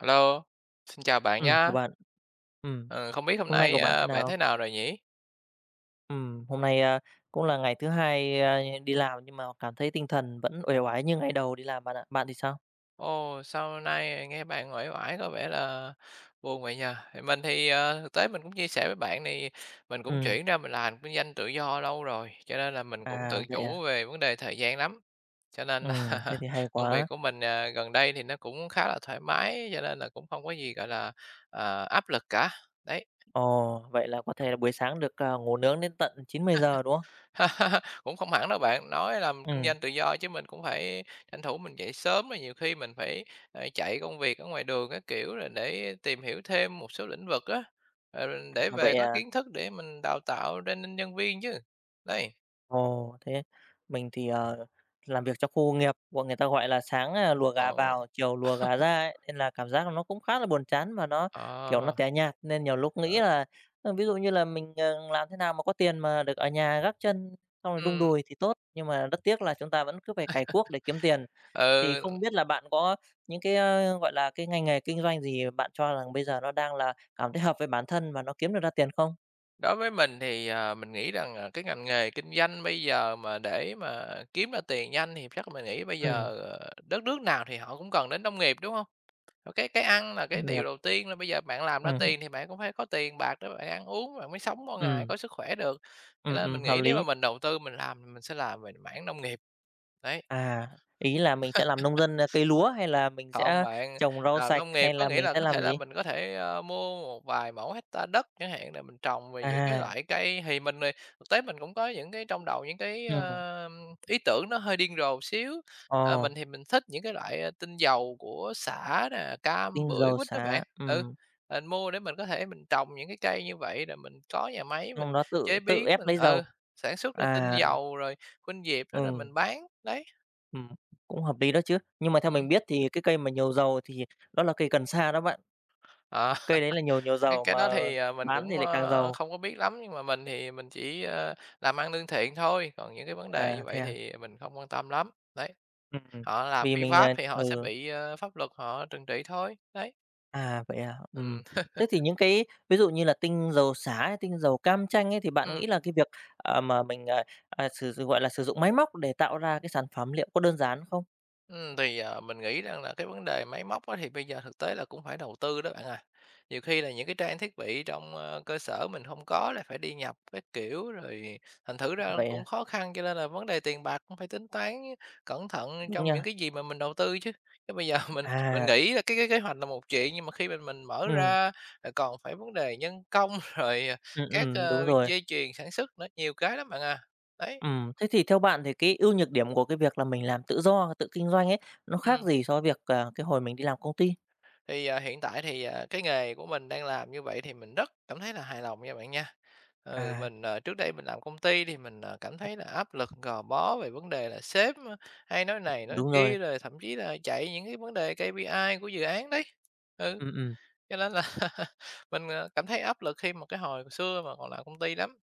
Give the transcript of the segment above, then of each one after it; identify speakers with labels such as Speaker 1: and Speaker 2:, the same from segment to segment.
Speaker 1: Hello, xin chào bạn
Speaker 2: Ừ, chào
Speaker 1: nhá.
Speaker 2: bạn. Ừ,
Speaker 1: Ờ, không biết hôm
Speaker 2: hôm nay
Speaker 1: nay,
Speaker 2: của bạn thế
Speaker 1: bạn
Speaker 2: nào?
Speaker 1: thế nào rồi nhỉ?
Speaker 2: Ừ, hôm nay, cũng là ngày thứ hai, đi làm nhưng mà cảm thấy tinh thần vẫn uể oải như ngày đầu đi làm bạn ạ. Bạn thì sao?
Speaker 1: Ồ, sao nay nghe bạn uể oải có vẻ là buồn vậy nhỉ? Thì mình thực tế mình cũng chia sẻ với bạn thì mình cũng
Speaker 2: Ừ,
Speaker 1: chuyển ra mình làm kinh doanh tự do lâu rồi, cho nên là mình cũng
Speaker 2: à,
Speaker 1: tự
Speaker 2: vậy à?
Speaker 1: chủ về vấn đề thời gian lắm. Cho nên là
Speaker 2: Thế thì hay
Speaker 1: công việc
Speaker 2: quá.
Speaker 1: của mình, gần đây thì nó cũng khá là thoải mái, cho nên là cũng không có gì, gọi là, áp lực cả, đấy.
Speaker 2: Ồ, vậy là có thể là buổi sáng được, ngủ nướng đến tận 900 giờ đúng không?
Speaker 1: Cũng không hẳn đâu bạn, nói làm
Speaker 2: Ừ,
Speaker 1: kinh doanh tự do chứ mình cũng phải tranh thủ mình dậy sớm, rồi nhiều khi mình phải, chạy công việc ở ngoài đường các kiểu rồi để tìm hiểu thêm một số lĩnh vực á, ờ, để
Speaker 2: à, vậy
Speaker 1: về có
Speaker 2: à.
Speaker 1: kiến thức để mình đào tạo training nhân viên chứ. Đấy,
Speaker 2: Ồ, thế mình thì, làm việc trong khu công nghiệp, bọn người ta gọi là sáng, lùa gà
Speaker 1: ồ,
Speaker 2: vào, chiều lùa gà ra ấy, nên là cảm giác nó cũng khá là buồn chán và nó, kiểu, nó
Speaker 1: ờ,
Speaker 2: tẻ nhạt. Nên nhiều lúc nghĩ
Speaker 1: ờ,
Speaker 2: là, ví dụ như là mình, làm thế nào mà có tiền mà được ở nhà gác chân xong rồi đung
Speaker 1: ừ,
Speaker 2: đùi thì tốt, nhưng mà rất tiếc là chúng ta vẫn cứ phải cày cuốc để kiếm tiền. Thì
Speaker 1: Ờ,
Speaker 2: không biết là bạn có những cái, gọi là, cái ngành nghề kinh doanh gì bạn cho rằng bây giờ nó đang là cảm thấy hợp với bản thân và nó kiếm được ra tiền không?
Speaker 1: đối với mình thì, mình nghĩ rằng, cái ngành nghề kinh doanh bây giờ mà để mà kiếm ra tiền nhanh thì chắc mình nghĩ bây giờ,
Speaker 2: Ừ,
Speaker 1: đất nước nào thì họ cũng cần đến nông nghiệp, đúng không? Ờ, cái ăn là cái điều
Speaker 2: nghiệp,
Speaker 1: đầu tiên, là bây giờ bạn làm ra
Speaker 2: ừ,
Speaker 1: tiền thì bạn cũng phải có tiền bạc để bạn ăn uống, bạn mới sống mỗi ngày,
Speaker 2: ừ,
Speaker 1: có sức khỏe được. Cho nên mình
Speaker 2: hợp
Speaker 1: nghĩ nếu mà
Speaker 2: lý.
Speaker 1: mình đầu tư mình làm thì mình sẽ làm về mảng nông nghiệp. Đấy,
Speaker 2: À, ý là mình sẽ làm nông dân, cấy lúa hay là mình
Speaker 1: không
Speaker 2: sẽ
Speaker 1: bạn,
Speaker 2: trồng rau
Speaker 1: làm
Speaker 2: sạch
Speaker 1: nông nghiệp
Speaker 2: hay
Speaker 1: có
Speaker 2: là
Speaker 1: nghĩa
Speaker 2: mình
Speaker 1: là
Speaker 2: sẽ
Speaker 1: có thể
Speaker 2: làm
Speaker 1: là
Speaker 2: gì?
Speaker 1: mình có thể, mua một vài mẫu hecta đất chẳng hạn để mình trồng về những cái
Speaker 2: À,
Speaker 1: loại cây thì mình, thực tế mình cũng có những cái trong đầu những cái,
Speaker 2: ừ.
Speaker 1: ý tưởng nó hơi điên rồ xíu.
Speaker 2: Ồ,
Speaker 1: À, mình thì mình thích những cái loại, tinh dầu của sả nè, cam,
Speaker 2: tinh
Speaker 1: bưởi,
Speaker 2: dầu
Speaker 1: quýt đó
Speaker 2: xả,
Speaker 1: bạn.
Speaker 2: ừ,
Speaker 1: Ừ, à, mình mua để mình có thể mình trồng những cái cây như vậy rồi mình có nhà máy mình
Speaker 2: xong đó tự
Speaker 1: chế
Speaker 2: tự
Speaker 1: biến,
Speaker 2: ép
Speaker 1: mình
Speaker 2: lấy
Speaker 1: ừ,
Speaker 2: dầu.
Speaker 1: sản xuất ra tinh
Speaker 2: À,
Speaker 1: dầu rồi khuynh diệp đó rồi
Speaker 2: ừ.
Speaker 1: mình bán, đấy.
Speaker 2: Ừm, cũng hợp lý đó chứ. Nhưng mà theo mình
Speaker 1: Ừm,
Speaker 2: biết thì cái cây mà nhiều dầu thì đó là cây cần sa đó bạn,
Speaker 1: ờ.
Speaker 2: cây đấy là nhiều nhiều
Speaker 1: Cái
Speaker 2: dầu
Speaker 1: cái đó
Speaker 2: mà
Speaker 1: thì, mình
Speaker 2: bán
Speaker 1: cũng,
Speaker 2: thì lại càng giàu.
Speaker 1: không có biết lắm, nhưng mà mình thì mình chỉ, làm ăn lương thiện thôi, còn những cái vấn đề
Speaker 2: À,
Speaker 1: như
Speaker 2: thế
Speaker 1: vậy
Speaker 2: à?
Speaker 1: thì mình không quan tâm lắm. Đấy,
Speaker 2: Ừm,
Speaker 1: họ làm
Speaker 2: vì
Speaker 1: phi
Speaker 2: mình, à,
Speaker 1: pháp thì họ sẽ
Speaker 2: ừ.
Speaker 1: bị, pháp luật họ trừng trị thôi. Đấy,
Speaker 2: À, vậy à? Ừm.
Speaker 1: ừm,
Speaker 2: Thế thì những cái ví dụ như là tinh dầu sả hay tinh dầu cam chanh ấy, thì bạn
Speaker 1: ừm.
Speaker 2: nghĩ là cái việc, mà mình, sử dụng, gọi là, sử dụng máy móc để tạo ra cái sản phẩm liệu có đơn giản không?
Speaker 1: Thì, mình nghĩ rằng là cái vấn đề máy móc á thì bây giờ thực tế là cũng phải đầu tư đó bạn à. Nhiều khi là những cái trang thiết bị trong, cơ sở mình không có là phải đi nhập cái kiểu, rồi thành thử
Speaker 2: À,
Speaker 1: ra
Speaker 2: vậy
Speaker 1: cũng
Speaker 2: à?
Speaker 1: khó khăn, cho nên là vấn đề tiền bạc cũng phải tính toán cẩn thận
Speaker 2: Đúng
Speaker 1: trong những
Speaker 2: nha.
Speaker 1: cái gì mà mình đầu tư chứ. Chứ bây giờ mình
Speaker 2: À,
Speaker 1: nghĩ là cái kế hoạch là một chuyện, nhưng mà khi mình mở
Speaker 2: ừ.
Speaker 1: ra lại còn phải vấn đề nhân công, rồi,
Speaker 2: Ừm,
Speaker 1: các,
Speaker 2: đúng rồi.
Speaker 1: dây chuyền sản xuất nữa, nhiều cái lắm bạn à. Đấy,
Speaker 2: Ừ, thế thì theo bạn thì cái ưu nhược điểm của cái việc là mình làm tự do, tự kinh doanh ấy, nó khác
Speaker 1: ừ.
Speaker 2: gì so với việc, cái hồi mình đi làm công ty?
Speaker 1: Thì, hiện tại thì, cái nghề của mình đang làm như vậy thì mình rất cảm thấy là hài lòng nha bạn nha. Ừ,
Speaker 2: À,
Speaker 1: mình, trước đây mình làm công ty thì mình, cảm
Speaker 2: ừm,
Speaker 1: thấy là áp lực, gò bó về vấn đề là sếp, hay nói này nói
Speaker 2: đúng rồi.
Speaker 1: kia, rồi thậm chí là chạy những cái vấn đề KPI của dự án đấy. Ừ,
Speaker 2: Ừ, ừm.
Speaker 1: cho nên là mình, cảm thấy áp lực khi mà cái hồi xưa mà còn làm công ty lắm.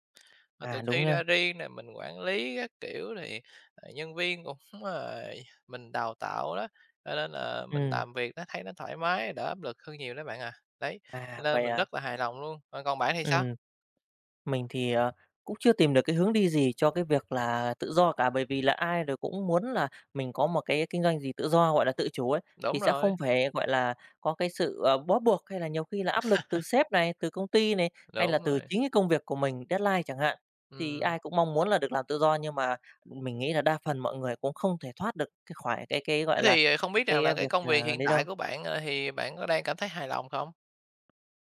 Speaker 1: Mà
Speaker 2: À,
Speaker 1: từ
Speaker 2: đúng
Speaker 1: khi
Speaker 2: nha.
Speaker 1: ra riêng này mình quản lý các kiểu thì, nhân viên cũng, ờ, mình đào tạo đó, cho nên là mình
Speaker 2: Ừ.
Speaker 1: làm việc nó thấy nó thoải mái, đỡ áp lực hơn nhiều đấy bạn à. Đấy, cho
Speaker 2: À,
Speaker 1: nên
Speaker 2: vậy
Speaker 1: mình
Speaker 2: à?
Speaker 1: rất là hài lòng luôn. Ờ, còn bạn thì sao?
Speaker 2: Ừm. Mình thì, cũng chưa tìm được cái hướng đi gì cho cái việc là tự do cả, bởi vì là ai rồi cũng muốn là mình có một cái kinh doanh gì tự do, gọi là, tự chủ ấy, thì
Speaker 1: Đúng
Speaker 2: sẽ
Speaker 1: rồi,
Speaker 2: không phải, gọi là, có cái sự, bó buộc hay là nhiều khi là áp lực từ sếp này, từ công ty này, hay là
Speaker 1: đúng
Speaker 2: từ
Speaker 1: rồi.
Speaker 2: chính cái công việc của mình, deadline chẳng hạn. Thì
Speaker 1: Ừm.
Speaker 2: ai cũng mong muốn là được làm tự do nhưng mà mình nghĩ là đa phần mọi người cũng không thể thoát được cái khỏi cái, gọi
Speaker 1: Thế
Speaker 2: là,
Speaker 1: thì, không biết
Speaker 2: cái
Speaker 1: rằng là cái
Speaker 2: việc,
Speaker 1: công việc hiện
Speaker 2: đấy
Speaker 1: tại
Speaker 2: đâu.
Speaker 1: của bạn, thì bạn có đang cảm thấy hài lòng không?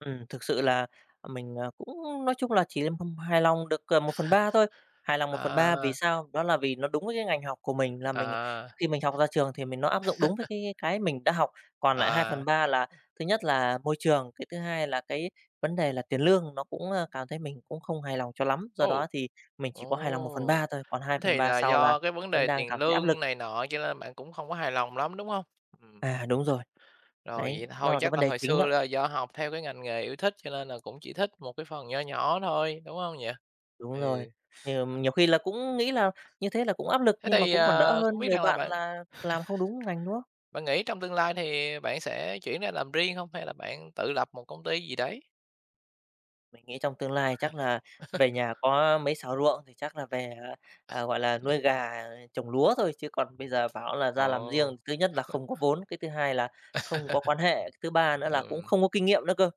Speaker 2: Thực sự là, mình, cũng nói chung là chỉ là hông hài lòng được, một phần ba thôi, hài lòng một phần ba vì
Speaker 1: À,
Speaker 2: sao? Đó là vì nó đúng với cái ngành học của mình, là mình
Speaker 1: à,
Speaker 2: khi mình học ra trường thì mình nó áp dụng đúng với cái mình đã học. Còn lại hai
Speaker 1: à.
Speaker 2: phần ba là thứ nhất là môi trường, cái thứ hai là cái vấn đề là tiền lương, nó cũng, cảm thấy mình cũng không hài lòng cho lắm. Do đó
Speaker 1: Ồ,
Speaker 2: thì mình chỉ có hài lòng một phần
Speaker 1: ồ!
Speaker 2: ba thôi, còn hai
Speaker 1: Thế
Speaker 2: phần
Speaker 1: thì
Speaker 2: ba
Speaker 1: là
Speaker 2: sau là
Speaker 1: do cái vấn
Speaker 2: vẫn
Speaker 1: đề
Speaker 2: đang
Speaker 1: tiền
Speaker 2: cảm thấy áp lực.
Speaker 1: lương này nọ cho nên bạn cũng không có hài lòng lắm, đúng không? Ừm.
Speaker 2: À, đúng rồi,
Speaker 1: Rồi,
Speaker 2: đấy,
Speaker 1: vậy
Speaker 2: nó
Speaker 1: thôi
Speaker 2: là cái
Speaker 1: chắc
Speaker 2: vấn
Speaker 1: là
Speaker 2: đề
Speaker 1: hồi
Speaker 2: chính
Speaker 1: xưa
Speaker 2: đó.
Speaker 1: là do học theo cái ngành nghề yêu thích cho nên là cũng chỉ thích một cái phần nhỏ nhỏ thôi, đúng không nhỉ?
Speaker 2: Đúng
Speaker 1: Ừ,
Speaker 2: rồi, nhiều nhiều khi là cũng nghĩ là như thế là cũng áp lực
Speaker 1: thế
Speaker 2: nhưng mà
Speaker 1: thì,
Speaker 2: cũng còn đỡ
Speaker 1: không
Speaker 2: hơn
Speaker 1: biết
Speaker 2: nhiều
Speaker 1: rằng là
Speaker 2: bạn
Speaker 1: bạn
Speaker 2: là làm không đúng ngành, đúng không?
Speaker 1: bạn nghĩ trong tương lai thì bạn sẽ chuyển ra làm riêng không? Hay là bạn tự lập một công ty gì đấy?
Speaker 2: Mình nghĩ trong tương lai chắc là về nhà có mấy sào ruộng thì chắc là về, gọi là, nuôi gà, trồng lúa thôi, chứ còn bây giờ bảo là ra làm
Speaker 1: Ồ,
Speaker 2: riêng, thứ nhất là không có vốn, cái thứ hai là không có quan hệ, cái thứ ba nữa là cũng
Speaker 1: ừm,
Speaker 2: không có kinh nghiệm nữa cơ,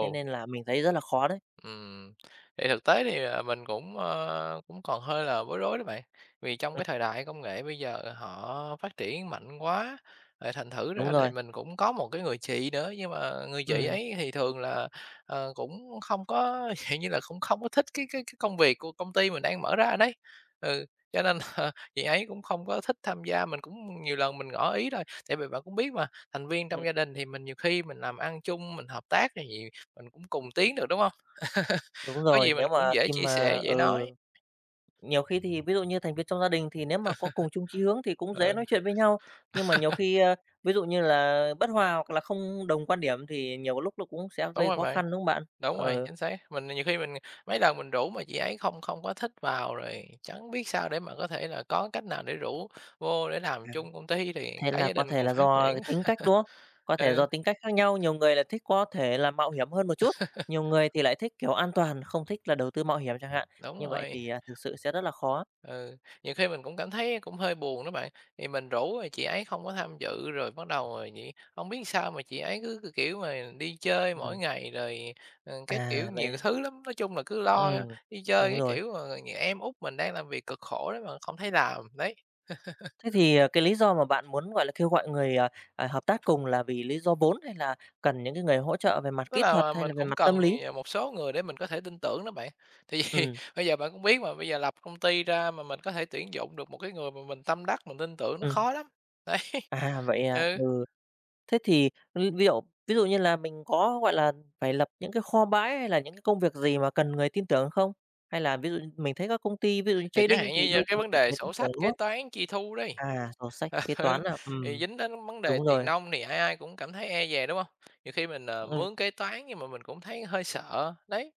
Speaker 2: thế nên là mình thấy rất là khó đấy.
Speaker 1: Ừm, thì thực tế thì, mình cũng, cũng còn hơi là bối rối đó bạn, vì trong
Speaker 2: Ừm,
Speaker 1: cái thời đại công nghệ bây giờ họ phát triển mạnh quá, rồi thành thử ra
Speaker 2: đúng
Speaker 1: thì
Speaker 2: rồi,
Speaker 1: mình cũng có một cái người chị nữa, nhưng mà người chị
Speaker 2: ừm,
Speaker 1: ấy thì thường là, cũng không có dạng như là, cũng không có thích cái cái công việc của công ty mình đang mở ra đấy. Ừ, cho nên là chị ấy cũng không có thích tham gia, mình cũng nhiều lần mình ngỏ ý rồi, tại vì bạn cũng biết mà, thành viên trong gia đình thì mình nhiều khi mình làm ăn chung, mình hợp tác thì mình cũng cùng tiến được, đúng không?
Speaker 2: đúng
Speaker 1: Có
Speaker 2: rồi,
Speaker 1: gì mình
Speaker 2: nếu
Speaker 1: cũng
Speaker 2: mà
Speaker 1: dễ
Speaker 2: khi
Speaker 1: chia
Speaker 2: mà
Speaker 1: sẻ, dễ
Speaker 2: ừ.
Speaker 1: nói.
Speaker 2: Nhiều khi thì ví dụ như thành viên trong gia đình thì nếu mà có cùng chung chí hướng thì cũng dễ
Speaker 1: Ừ,
Speaker 2: nói chuyện với nhau, nhưng mà nhiều khi, ví dụ như là bất hòa hoặc là không đồng quan điểm thì nhiều lúc nó cũng sẽ
Speaker 1: đúng
Speaker 2: gây
Speaker 1: rồi
Speaker 2: khó
Speaker 1: bạn,
Speaker 2: khăn, đúng không bạn?
Speaker 1: đúng rồi,
Speaker 2: Ờ,
Speaker 1: chính xác. Mình nhiều khi mình mấy lần mình rủ mà chị ấy không không có thích vào rồi chẳng biết sao để mà có thể là có cách nào để rủ vô để làm
Speaker 2: à.
Speaker 1: chung công ty thì
Speaker 2: Thế
Speaker 1: cả
Speaker 2: là
Speaker 1: gia
Speaker 2: có
Speaker 1: đình
Speaker 2: thể
Speaker 1: cùng
Speaker 2: là
Speaker 1: phát
Speaker 2: do cái
Speaker 1: triển.
Speaker 2: tính cách, đúng không? Có thể
Speaker 1: Ừ,
Speaker 2: do tính cách khác nhau, nhiều người là thích có thể là mạo hiểm hơn một chút, nhiều người thì lại thích, kiểu, an toàn, không thích là đầu tư mạo hiểm chẳng hạn,
Speaker 1: đúng
Speaker 2: như vậy
Speaker 1: rồi.
Speaker 2: thì, thực sự sẽ rất là khó.
Speaker 1: Ừ, nhiều khi mình cũng cảm thấy cũng hơi buồn đó bạn, thì mình rủ rồi chị ấy không có tham dự, rồi bắt đầu rồi vậy không biết sao mà chị ấy cứ, cái kiểu mà, đi chơi mỗi
Speaker 2: Ừm,
Speaker 1: ngày rồi, các
Speaker 2: à,
Speaker 1: kiểu
Speaker 2: vậy
Speaker 1: nhiều
Speaker 2: hả?
Speaker 1: thứ lắm, nói chung là cứ lo
Speaker 2: Ừm,
Speaker 1: đi chơi
Speaker 2: đúng
Speaker 1: cái
Speaker 2: rồi.
Speaker 1: kiểu mà nhà em út mình đang làm việc cực khổ đấy mà không thấy làm. Đấy,
Speaker 2: Thế thì, cái lý do mà bạn muốn, gọi là, kêu gọi người, hợp tác cùng là vì lý do vốn hay là cần những cái người hỗ trợ về mặt
Speaker 1: tức
Speaker 2: kỹ thuật
Speaker 1: là
Speaker 2: hay
Speaker 1: mình
Speaker 2: là về
Speaker 1: cũng
Speaker 2: mặt tâm
Speaker 1: cần
Speaker 2: lý?
Speaker 1: một số người để mình có thể tin tưởng đó bạn. Thì vì
Speaker 2: Ừm,
Speaker 1: bây giờ bạn cũng biết mà, bây giờ lập công ty ra mà mình có thể tuyển dụng được một cái người mà mình tâm đắc, mình tin tưởng nó
Speaker 2: ừm,
Speaker 1: khó lắm. Đấy,
Speaker 2: à, vậy à,
Speaker 1: ừ.
Speaker 2: ừ. Thế thì ví ví dụ như là mình có, gọi là, phải lập những cái kho bãi hay là những cái công việc gì mà cần người tin tưởng không? Hay là ví dụ như mình thấy các công ty ví dụ như
Speaker 1: Thì chẳng
Speaker 2: trading
Speaker 1: hạn
Speaker 2: thì
Speaker 1: như,
Speaker 2: đâu
Speaker 1: cái
Speaker 2: cần
Speaker 1: vấn
Speaker 2: phải
Speaker 1: đề
Speaker 2: người tin
Speaker 1: sổ
Speaker 2: tưởng,
Speaker 1: sách
Speaker 2: đúng
Speaker 1: kế
Speaker 2: không?
Speaker 1: toán chi thu đi,
Speaker 2: À, sổ sách kế
Speaker 1: ừ,
Speaker 2: toán à,
Speaker 1: thì dính đến vấn đề
Speaker 2: đúng rồi,
Speaker 1: tiền nong thì ai ai cũng cảm thấy e dè, đúng không? Nhiều khi mình,
Speaker 2: ừm.
Speaker 1: mướn kế toán nhưng mà mình cũng thấy hơi sợ, đấy.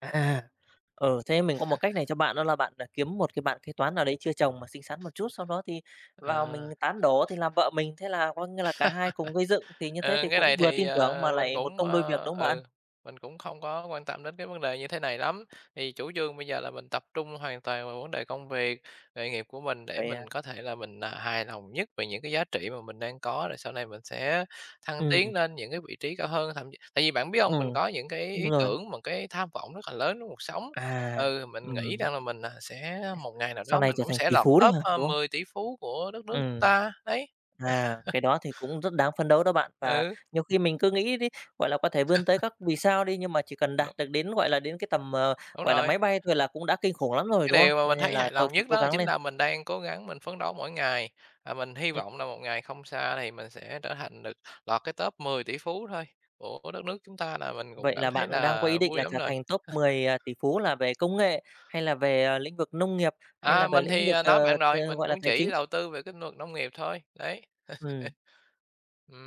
Speaker 2: À, ừ, thế mình có một cách này cho bạn đó là bạn, kiếm một cái bạn kế toán nào đấy chưa chồng mà xinh xắn một chút, sau đó thì vào
Speaker 1: Ờ.
Speaker 2: mình tán đổ thì làm vợ mình, thế là coi như là cả hai cùng gây dựng, thì như thế
Speaker 1: Ừ,
Speaker 2: thì
Speaker 1: cái
Speaker 2: cũng
Speaker 1: này
Speaker 2: vừa
Speaker 1: thì,
Speaker 2: tin tưởng mà
Speaker 1: mình
Speaker 2: lại một
Speaker 1: cũng,
Speaker 2: công đôi việc, đúng không bạn?
Speaker 1: mình cũng không có quan tâm đến cái vấn đề như thế này lắm. Thì chủ trương bây giờ là mình tập trung hoàn toàn vào vấn đề công việc, nghề nghiệp của mình để
Speaker 2: Phải, à,
Speaker 1: mình có thể là mình, hài lòng nhất về những cái giá trị mà mình đang có, rồi sau này mình sẽ thăng
Speaker 2: ừm,
Speaker 1: tiến lên những cái vị trí cao hơn. Thậm chí tại vì bạn biết không, mình
Speaker 2: ừm,
Speaker 1: có những cái ý
Speaker 2: đúng rồi.
Speaker 1: tưởng, một cái tham vọng rất là lớn trong cuộc sống.
Speaker 2: À,
Speaker 1: Ừ, mình nghĩ
Speaker 2: ừm,
Speaker 1: rằng là mình, sẽ một ngày nào
Speaker 2: sau
Speaker 1: đó
Speaker 2: này
Speaker 1: mình
Speaker 2: trở
Speaker 1: cũng
Speaker 2: thành
Speaker 1: sẽ
Speaker 2: tỷ
Speaker 1: lọt
Speaker 2: phú đấy
Speaker 1: top,
Speaker 2: hả, đúng không?
Speaker 1: 10 tỷ phú của đất nước chúng
Speaker 2: Ừ.
Speaker 1: ta, đấy.
Speaker 2: À, cái đó thì cũng rất đáng phấn đấu đó bạn. Và
Speaker 1: Ừ,
Speaker 2: nhiều khi mình cứ nghĩ đi, gọi là, có thể vươn tới các vì sao đi, nhưng mà chỉ cần
Speaker 1: đ
Speaker 2: đạt được đến, gọi là, đến cái tầm,
Speaker 1: đúng
Speaker 2: gọi là,
Speaker 1: rồi.
Speaker 2: máy bay thôi là cũng đã kinh khủng lắm rồi,
Speaker 1: Cái
Speaker 2: đúng không?
Speaker 1: điều mà
Speaker 2: Nên
Speaker 1: mình
Speaker 2: nên
Speaker 1: thấy
Speaker 2: là
Speaker 1: hài
Speaker 2: thôi
Speaker 1: lòng
Speaker 2: cứ
Speaker 1: nhất
Speaker 2: cố
Speaker 1: đó là
Speaker 2: gắng
Speaker 1: chính
Speaker 2: lên.
Speaker 1: là mình đang cố gắng mình phấn đấu mỗi ngày, và mình hy
Speaker 2: Ừm,
Speaker 1: vọng là một ngày không xa thì mình sẽ trở thành được lọt cái top 10 tỷ phú thôi của đất nước chúng ta là mình cũng
Speaker 2: vậy
Speaker 1: cảm
Speaker 2: là
Speaker 1: thấy
Speaker 2: bạn đang có
Speaker 1: là
Speaker 2: ý định
Speaker 1: vui
Speaker 2: là
Speaker 1: lắm
Speaker 2: trở
Speaker 1: rồi.
Speaker 2: thành top 10 à, tỷ phú là về công nghệ, hay là về, lĩnh vực nông nghiệp, hay là
Speaker 1: À,
Speaker 2: về
Speaker 1: mình
Speaker 2: lĩnh
Speaker 1: thì,
Speaker 2: vực,
Speaker 1: nói bạn rồi, mình
Speaker 2: gọi là,
Speaker 1: cũng
Speaker 2: tài
Speaker 1: chỉ
Speaker 2: chính?
Speaker 1: đầu tư về cái lĩnh vực nông nghiệp thôi, đấy.
Speaker 2: Ừm.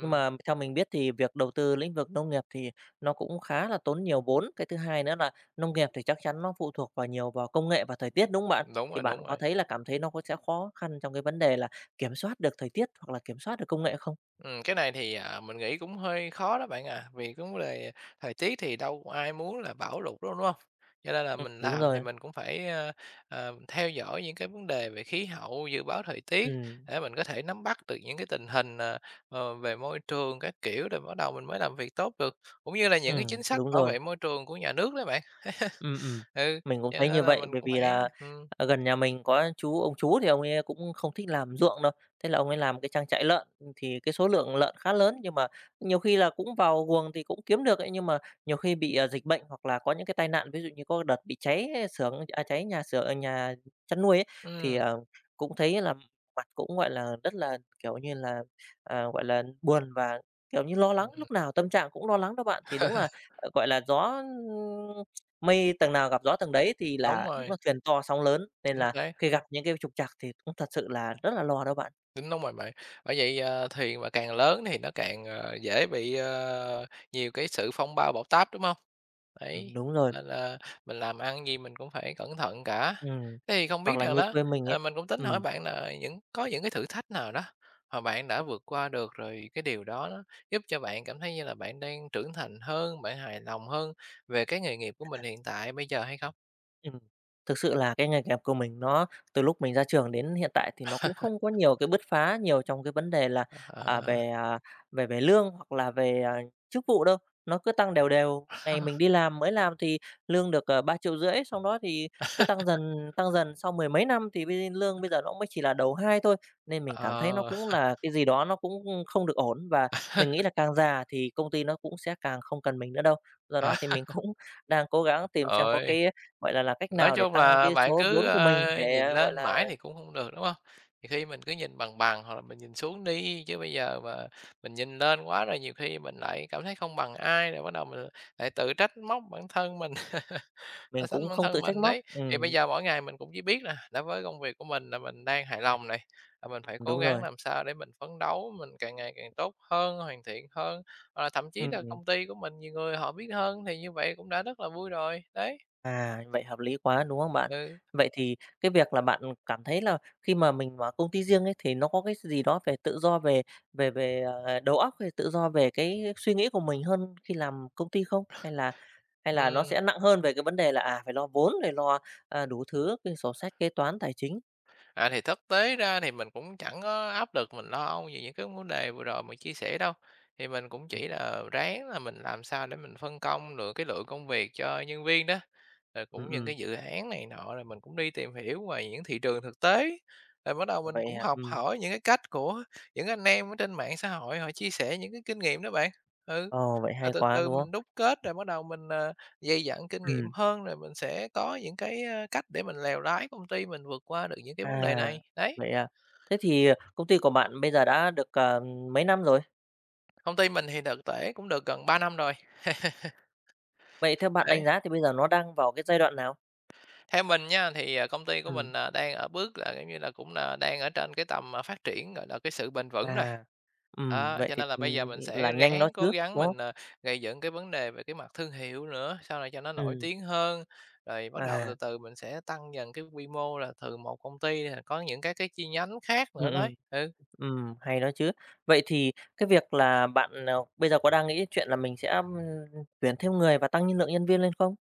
Speaker 2: Nhưng mà theo mình biết thì việc đầu tư lĩnh vực nông nghiệp thì nó cũng khá là tốn nhiều vốn. Cái thứ hai nữa là nông nghiệp thì chắc chắn nó phụ thuộc vào nhiều vào công nghệ và thời tiết đúng không bạn?
Speaker 1: đúng
Speaker 2: Thì
Speaker 1: rồi,
Speaker 2: bạn
Speaker 1: đúng
Speaker 2: có
Speaker 1: rồi.
Speaker 2: thấy là cảm thấy nó có sẽ khó khăn trong cái vấn đề là kiểm soát được thời tiết hoặc là kiểm soát được công nghệ không?
Speaker 1: Cái này thì, mình nghĩ cũng hơi khó đó bạn à, vì cái vấn đề thời tiết thì đâu có ai muốn là bão lụt đâu, đúng không? Cho nên là
Speaker 2: Ừ,
Speaker 1: mình
Speaker 2: đúng
Speaker 1: làm thì
Speaker 2: rồi.
Speaker 1: mình cũng phải, theo dõi những cái vấn đề về khí hậu, dự báo thời
Speaker 2: Ừ,
Speaker 1: tiết để mình có thể nắm bắt được những cái tình hình, về môi trường các kiểu rồi bắt đầu mình mới làm việc tốt được, cũng như là
Speaker 2: ừ,
Speaker 1: những cái chính sách
Speaker 2: đúng
Speaker 1: bảo
Speaker 2: rồi.
Speaker 1: vệ môi trường của nhà nước đấy bạn.
Speaker 2: Ừm, ừm.
Speaker 1: Ừ,
Speaker 2: Mình cũng
Speaker 1: cho
Speaker 2: thấy như
Speaker 1: nên là
Speaker 2: vậy,
Speaker 1: mình
Speaker 2: bởi
Speaker 1: cũng
Speaker 2: vì
Speaker 1: phải
Speaker 2: là, gần nhà mình có ông chú thì ông ấy cũng không thích làm ruộng đâu, thế là ông ấy làm cái trang trại lợn, thì cái số lượng lợn khá lớn, nhưng mà nhiều khi là cũng vào guồng thì cũng kiếm được ấy, nhưng mà nhiều khi bị, dịch bệnh hoặc là có những cái tai nạn, ví dụ như có đợt bị cháy xưởng à, cháy nhà xưởng ờ, nhà chăn nuôi ấy, thì,
Speaker 1: ừm,
Speaker 2: cũng thấy là mặt cũng, gọi là, rất là, kiểu như là, gọi là, buồn và, kiểu như, lo lắng,
Speaker 1: ừm,
Speaker 2: lúc nào tâm trạng cũng lo lắng đó bạn. Thì đúng là, gọi là, gió Mây tầng nào gặp gió tầng đấy thì
Speaker 1: đúng
Speaker 2: là đúng
Speaker 1: rồi,
Speaker 2: là thuyền to sóng lớn, nên
Speaker 1: chính
Speaker 2: là
Speaker 1: xác.
Speaker 2: khi gặp những cái trục trặc thì cũng thật sự là rất là lo đó bạn.
Speaker 1: Đúng, đúng rồi bạn. Bởi vậy, thuyền mà càng lớn thì nó càng, dễ bị, nhiều cái sự phong ba bão táp, đúng không? Đấy,
Speaker 2: Đúng rồi,
Speaker 1: nên là mình làm ăn gì mình cũng phải cẩn thận cả.
Speaker 2: ừm.
Speaker 1: Thế thì không
Speaker 2: Hoặc
Speaker 1: biết
Speaker 2: là
Speaker 1: rằng
Speaker 2: như
Speaker 1: đó,
Speaker 2: quê mình ấy
Speaker 1: mình cũng tính hỏi
Speaker 2: ừm.
Speaker 1: bạn là những có những cái thử thách nào đó mà bạn đã vượt qua được, rồi cái điều đó nó giúp cho bạn cảm thấy như là bạn đang trưởng thành hơn, bạn hài lòng hơn về cái nghề nghiệp của mình hiện tại bây giờ hay không?
Speaker 2: Ừm, thực sự là cái nghề nghiệp của mình nó từ lúc mình ra trường đến hiện tại thì nó cũng không có nhiều cái bứt phá nhiều trong cái vấn đề là,
Speaker 1: Ờ.
Speaker 2: về, về lương hoặc là về, chức vụ đâu, nó cứ tăng đều đều. Ngày mình đi làm mới làm thì lương được, 3.500.000, xong đó thì cứ tăng dần, sau mười mấy năm thì bây lương bây giờ nó mới chỉ là đầu 2 thôi, nên mình cảm thấy nó
Speaker 1: Ờ.
Speaker 2: cũng là cái gì đó nó cũng không được ổn. Và mình nghĩ là càng già thì công ty nó cũng sẽ càng không cần mình nữa đâu. Do đó
Speaker 1: À,
Speaker 2: thì mình cũng đang cố gắng tìm xem có
Speaker 1: ơi.
Speaker 2: cái gọi là cách
Speaker 1: Nói
Speaker 2: nào để
Speaker 1: chung
Speaker 2: tăng cái
Speaker 1: là bạn
Speaker 2: số
Speaker 1: cứ,
Speaker 2: vốn của mình
Speaker 1: nhìn
Speaker 2: để, gọi
Speaker 1: lên
Speaker 2: là,
Speaker 1: mãi thì cũng không được, đúng không? Thì khi mình cứ nhìn bằng bằng hoặc là mình nhìn xuống đi, chứ bây giờ mà mình nhìn lên quá rồi nhiều khi mình lại cảm thấy không bằng ai, rồi bắt đầu mình lại tự trách móc bản thân mình, so
Speaker 2: mình
Speaker 1: sánh
Speaker 2: cũng
Speaker 1: bản
Speaker 2: không tự
Speaker 1: thân mình.
Speaker 2: trách móc.
Speaker 1: Đấy, thì bây
Speaker 2: Ừm.
Speaker 1: giờ mỗi ngày mình cũng chỉ biết là đối với công việc của mình là mình đang hài lòng này, là mình phải cố
Speaker 2: Đúng
Speaker 1: gắng
Speaker 2: rồi.
Speaker 1: làm sao để mình phấn đấu, mình càng ngày càng tốt hơn, hoàn thiện hơn, hoặc là thậm chí là
Speaker 2: Ừm,
Speaker 1: công ty của mình nhiều người họ biết hơn thì như vậy cũng đã rất là vui rồi. Đấy,
Speaker 2: vậy hợp lý quá, đúng không bạn?
Speaker 1: ừ,
Speaker 2: Vậy thì cái việc là bạn cảm thấy là khi mà mình mở công ty riêng ấy, thì nó có cái gì đó về tự do về về về, ờ, đầu óc hay tự do về cái suy nghĩ của mình hơn khi làm công ty không? Hay là nó
Speaker 1: ừm.
Speaker 2: sẽ nặng hơn về cái vấn đề là, phải lo vốn, rồi lo, đủ thứ, cái sổ sách kế toán tài chính?
Speaker 1: À, thì thực tế ra thì mình cũng chẳng có áp lực, mình lo âu về những cái vấn đề vừa rồi mình chia sẻ đâu. Thì mình cũng chỉ là ráng là mình làm sao để mình phân công được cái lượng công việc cho nhân viên đó, rồi
Speaker 2: Ừm,
Speaker 1: cũng những
Speaker 2: ừm,
Speaker 1: cái dự án này nọ, rồi mình cũng đi tìm hiểu về những thị trường thực tế. Rồi bắt đầu mình
Speaker 2: vậy
Speaker 1: cũng
Speaker 2: à?
Speaker 1: học hỏi những cái cách của những anh em ở trên mạng xã hội họ chia sẻ những cái kinh nghiệm đó bạn. Ừ.
Speaker 2: Ồ, vậy
Speaker 1: Ờ,
Speaker 2: hay
Speaker 1: từ
Speaker 2: quá,
Speaker 1: từ
Speaker 2: đúng không?
Speaker 1: mình đúc kết rồi bắt đầu mình, dày dặn kinh nghiệm
Speaker 2: Ừm.
Speaker 1: hơn, rồi mình sẽ có những cái, cách để mình lèo lái công ty mình vượt qua được những cái vấn đề
Speaker 2: À,
Speaker 1: này. Đấy,
Speaker 2: vậy à. Thế thì, công ty của bạn bây giờ đã được, mấy năm rồi?
Speaker 1: công ty mình thì thực tế cũng được gần 3 năm rồi,
Speaker 2: Vậy theo bạn đánh
Speaker 1: đấy.
Speaker 2: giá thì bây giờ nó đang vào cái giai đoạn nào?
Speaker 1: Theo mình nha, thì, công ty của
Speaker 2: Ừm,
Speaker 1: mình, đang ở bước là, giống như là, cũng là đang ở trên cái tầm, phát triển, gọi là, cái sự bền vững rồi.
Speaker 2: à,
Speaker 1: Đó,
Speaker 2: vậy
Speaker 1: cho
Speaker 2: thì,
Speaker 1: nên là bây giờ mình
Speaker 2: là
Speaker 1: sẽ
Speaker 2: nhanh đó
Speaker 1: ráng
Speaker 2: chứ,
Speaker 1: cố gắng
Speaker 2: đúng không?
Speaker 1: mình, gầy dựng cái vấn đề về cái mặt thương hiệu nữa, sau này cho nó nổi
Speaker 2: Ừm,
Speaker 1: tiếng hơn, rồi bắt đầu
Speaker 2: à,
Speaker 1: từ từ mình sẽ tăng dần cái quy mô là từ một công ty, à, có những cái chi nhánh khác nữa
Speaker 2: ừm,
Speaker 1: đấy.
Speaker 2: ừm,
Speaker 1: Ừ.
Speaker 2: hay đó chứ. Vậy thì cái việc là bạn, bây giờ có đang nghĩ chuyện là mình sẽ, tuyển thêm người và tăng nhân lượng nhân viên lên không?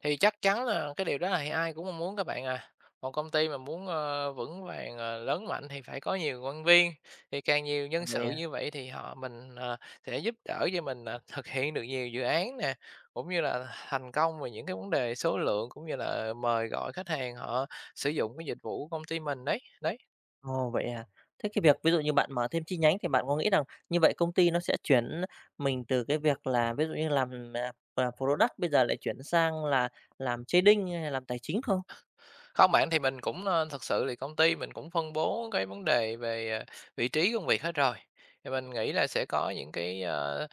Speaker 1: Thì chắc chắn là cái điều đó là ai cũng mong muốn các bạn à. Một công ty mà muốn, vững vàng, lớn mạnh thì phải có nhiều nhân viên, thì càng nhiều
Speaker 2: À,
Speaker 1: nhân
Speaker 2: vậy
Speaker 1: sự
Speaker 2: à?
Speaker 1: như vậy thì họ mình, sẽ giúp đỡ cho mình, thực hiện được nhiều dự án nè, cũng như là thành công về những cái vấn đề số lượng, cũng như là mời gọi khách hàng họ sử dụng cái dịch vụ của công ty mình đấy, đấy.
Speaker 2: Ồ, vậy à? Thế cái việc ví dụ như bạn mở thêm chi nhánh thì bạn có nghĩ rằng như vậy công ty nó sẽ chuyển mình từ cái việc là ví dụ như làm, product bây giờ lại chuyển sang là làm trading hay làm tài chính không?
Speaker 1: Không bạn, thì mình cũng, thực sự thì công ty mình cũng phân bố cái vấn đề về, vị trí công việc hết rồi. Thì mình nghĩ là sẽ có những cái,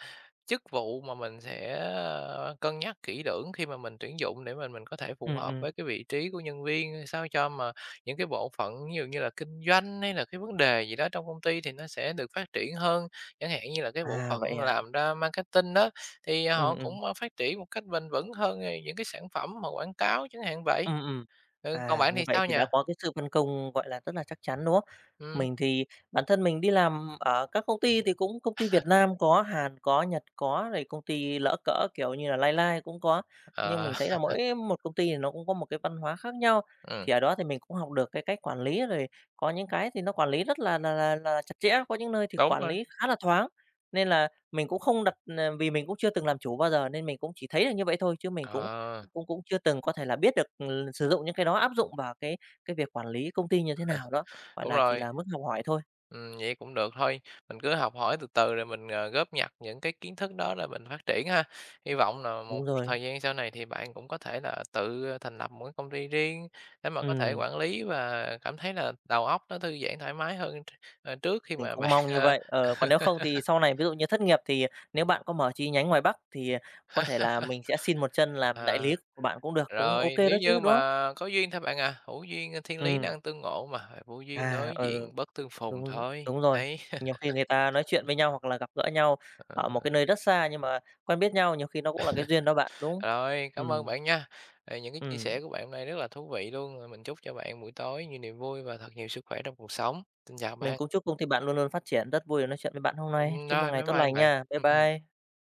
Speaker 1: chức vụ mà mình sẽ, cân nhắc kỹ lưỡng khi mà mình tuyển dụng để mà mình có thể phù
Speaker 2: Ừ,
Speaker 1: hợp
Speaker 2: ừ.
Speaker 1: với cái vị trí của nhân viên, sao cho mà những cái bộ phận ví dụ như là kinh doanh hay là cái vấn đề gì đó trong công ty thì nó sẽ được phát triển hơn. Chẳng hạn như là cái bộ
Speaker 2: À,
Speaker 1: phận
Speaker 2: vậy à?
Speaker 1: làm ra marketing đó, thì
Speaker 2: Ừ,
Speaker 1: họ
Speaker 2: ừ.
Speaker 1: cũng, phát triển một cách bền vững hơn, những cái sản phẩm mà quảng cáo chẳng hạn vậy.
Speaker 2: Ừm, ừm.
Speaker 1: Ừ, còn
Speaker 2: À,
Speaker 1: bạn
Speaker 2: như
Speaker 1: thì
Speaker 2: vậy
Speaker 1: sao
Speaker 2: thì
Speaker 1: nhỉ?
Speaker 2: đã có cái sự phân công, gọi là, rất là chắc chắn, đúng không?
Speaker 1: Ừm,
Speaker 2: Mình thì bản thân mình đi làm ở các công ty thì cũng công ty Việt Nam có, Hàn có, Nhật có, rồi công ty lỡ cỡ, kiểu như là, Lai Lai cũng có. Nhưng
Speaker 1: ờ,
Speaker 2: mình thấy là mỗi một công ty thì nó cũng có một cái văn hóa khác nhau,
Speaker 1: ừm,
Speaker 2: thì ở đó thì mình cũng học được cái cách quản lý, rồi có những cái thì nó quản lý rất là chặt chẽ, có những nơi thì
Speaker 1: đúng
Speaker 2: quản
Speaker 1: rồi,
Speaker 2: lý khá là thoáng. Nên là mình cũng không đặt, ờ vì mình cũng chưa từng làm chủ bao giờ nên mình cũng chỉ thấy là như vậy thôi chứ mình cũng
Speaker 1: ờ,
Speaker 2: cũng cũng chưa từng có thể là biết được, sử dụng những cái đó áp dụng vào cái việc quản lý công ty như thế nào đó, gọi
Speaker 1: đúng
Speaker 2: là, chỉ
Speaker 1: rồi,
Speaker 2: là mức học hỏi thôi.
Speaker 1: vậy cũng được thôi, mình cứ học hỏi từ từ rồi mình, góp nhặt những cái kiến thức đó rồi mình phát triển ha. Hy vọng là
Speaker 2: Đúng
Speaker 1: một
Speaker 2: rồi,
Speaker 1: thời gian sau này thì bạn cũng có thể là tự, thành lập một cái công ty riêng để mà có thể
Speaker 2: ừm,
Speaker 1: quản lý và cảm thấy là đầu óc nó thư giãn thoải mái hơn tr trước khi
Speaker 2: mình
Speaker 1: mà
Speaker 2: cũng
Speaker 1: bạn,
Speaker 2: mong như vậy. Ờ, còn nếu không thì sau này ví dụ như thất nghiệp thì nếu bạn có mở chi nhánh ngoài Bắc thì có thể là mình sẽ xin một chân làm đại
Speaker 1: ờ,
Speaker 2: lý của bạn cũng được, cũng ok
Speaker 1: rồi,
Speaker 2: đó
Speaker 1: nếu
Speaker 2: chứ,
Speaker 1: như
Speaker 2: đúng
Speaker 1: mà
Speaker 2: không?
Speaker 1: có duyên thôi bạn à, hữu duyên thiên lý
Speaker 2: Ừm,
Speaker 1: năng tương ngộ mà, vô duyên
Speaker 2: à,
Speaker 1: đối
Speaker 2: ừ,
Speaker 1: diện bất tương phùng
Speaker 2: đúng r
Speaker 1: thôi,
Speaker 2: đúng rồi.
Speaker 1: đấy.
Speaker 2: Nhiều khi người ta nói chuyện với nhau hoặc là gặp gỡ nhau ở một cái nơi rất xa nhưng mà quen biết nhau, nhiều khi nó cũng là cái duyên đó bạn, đúng không?
Speaker 1: Rồi,
Speaker 2: Ừ.
Speaker 1: cảm ơn bạn nha. Ờ, những cái chia
Speaker 2: Ừm.
Speaker 1: sẻ của bạn hôm nay rất là thú vị luôn. Ờ, mình chúc cho bạn buổi tối nhiều niềm vui và thật nhiều sức khỏe trong cuộc sống. Xin chào
Speaker 2: Mình
Speaker 1: bạn.
Speaker 2: cũng chúc công ty bạn luôn luôn phát triển. Rất vui được nói chuyện với bạn hôm
Speaker 1: Ừ,
Speaker 2: nay. Chúc một
Speaker 1: rồi,
Speaker 2: ngày
Speaker 1: bye
Speaker 2: tốt
Speaker 1: bye
Speaker 2: lành
Speaker 1: bạn.
Speaker 2: nha. Bye
Speaker 1: Ừ, ừ.
Speaker 2: bye.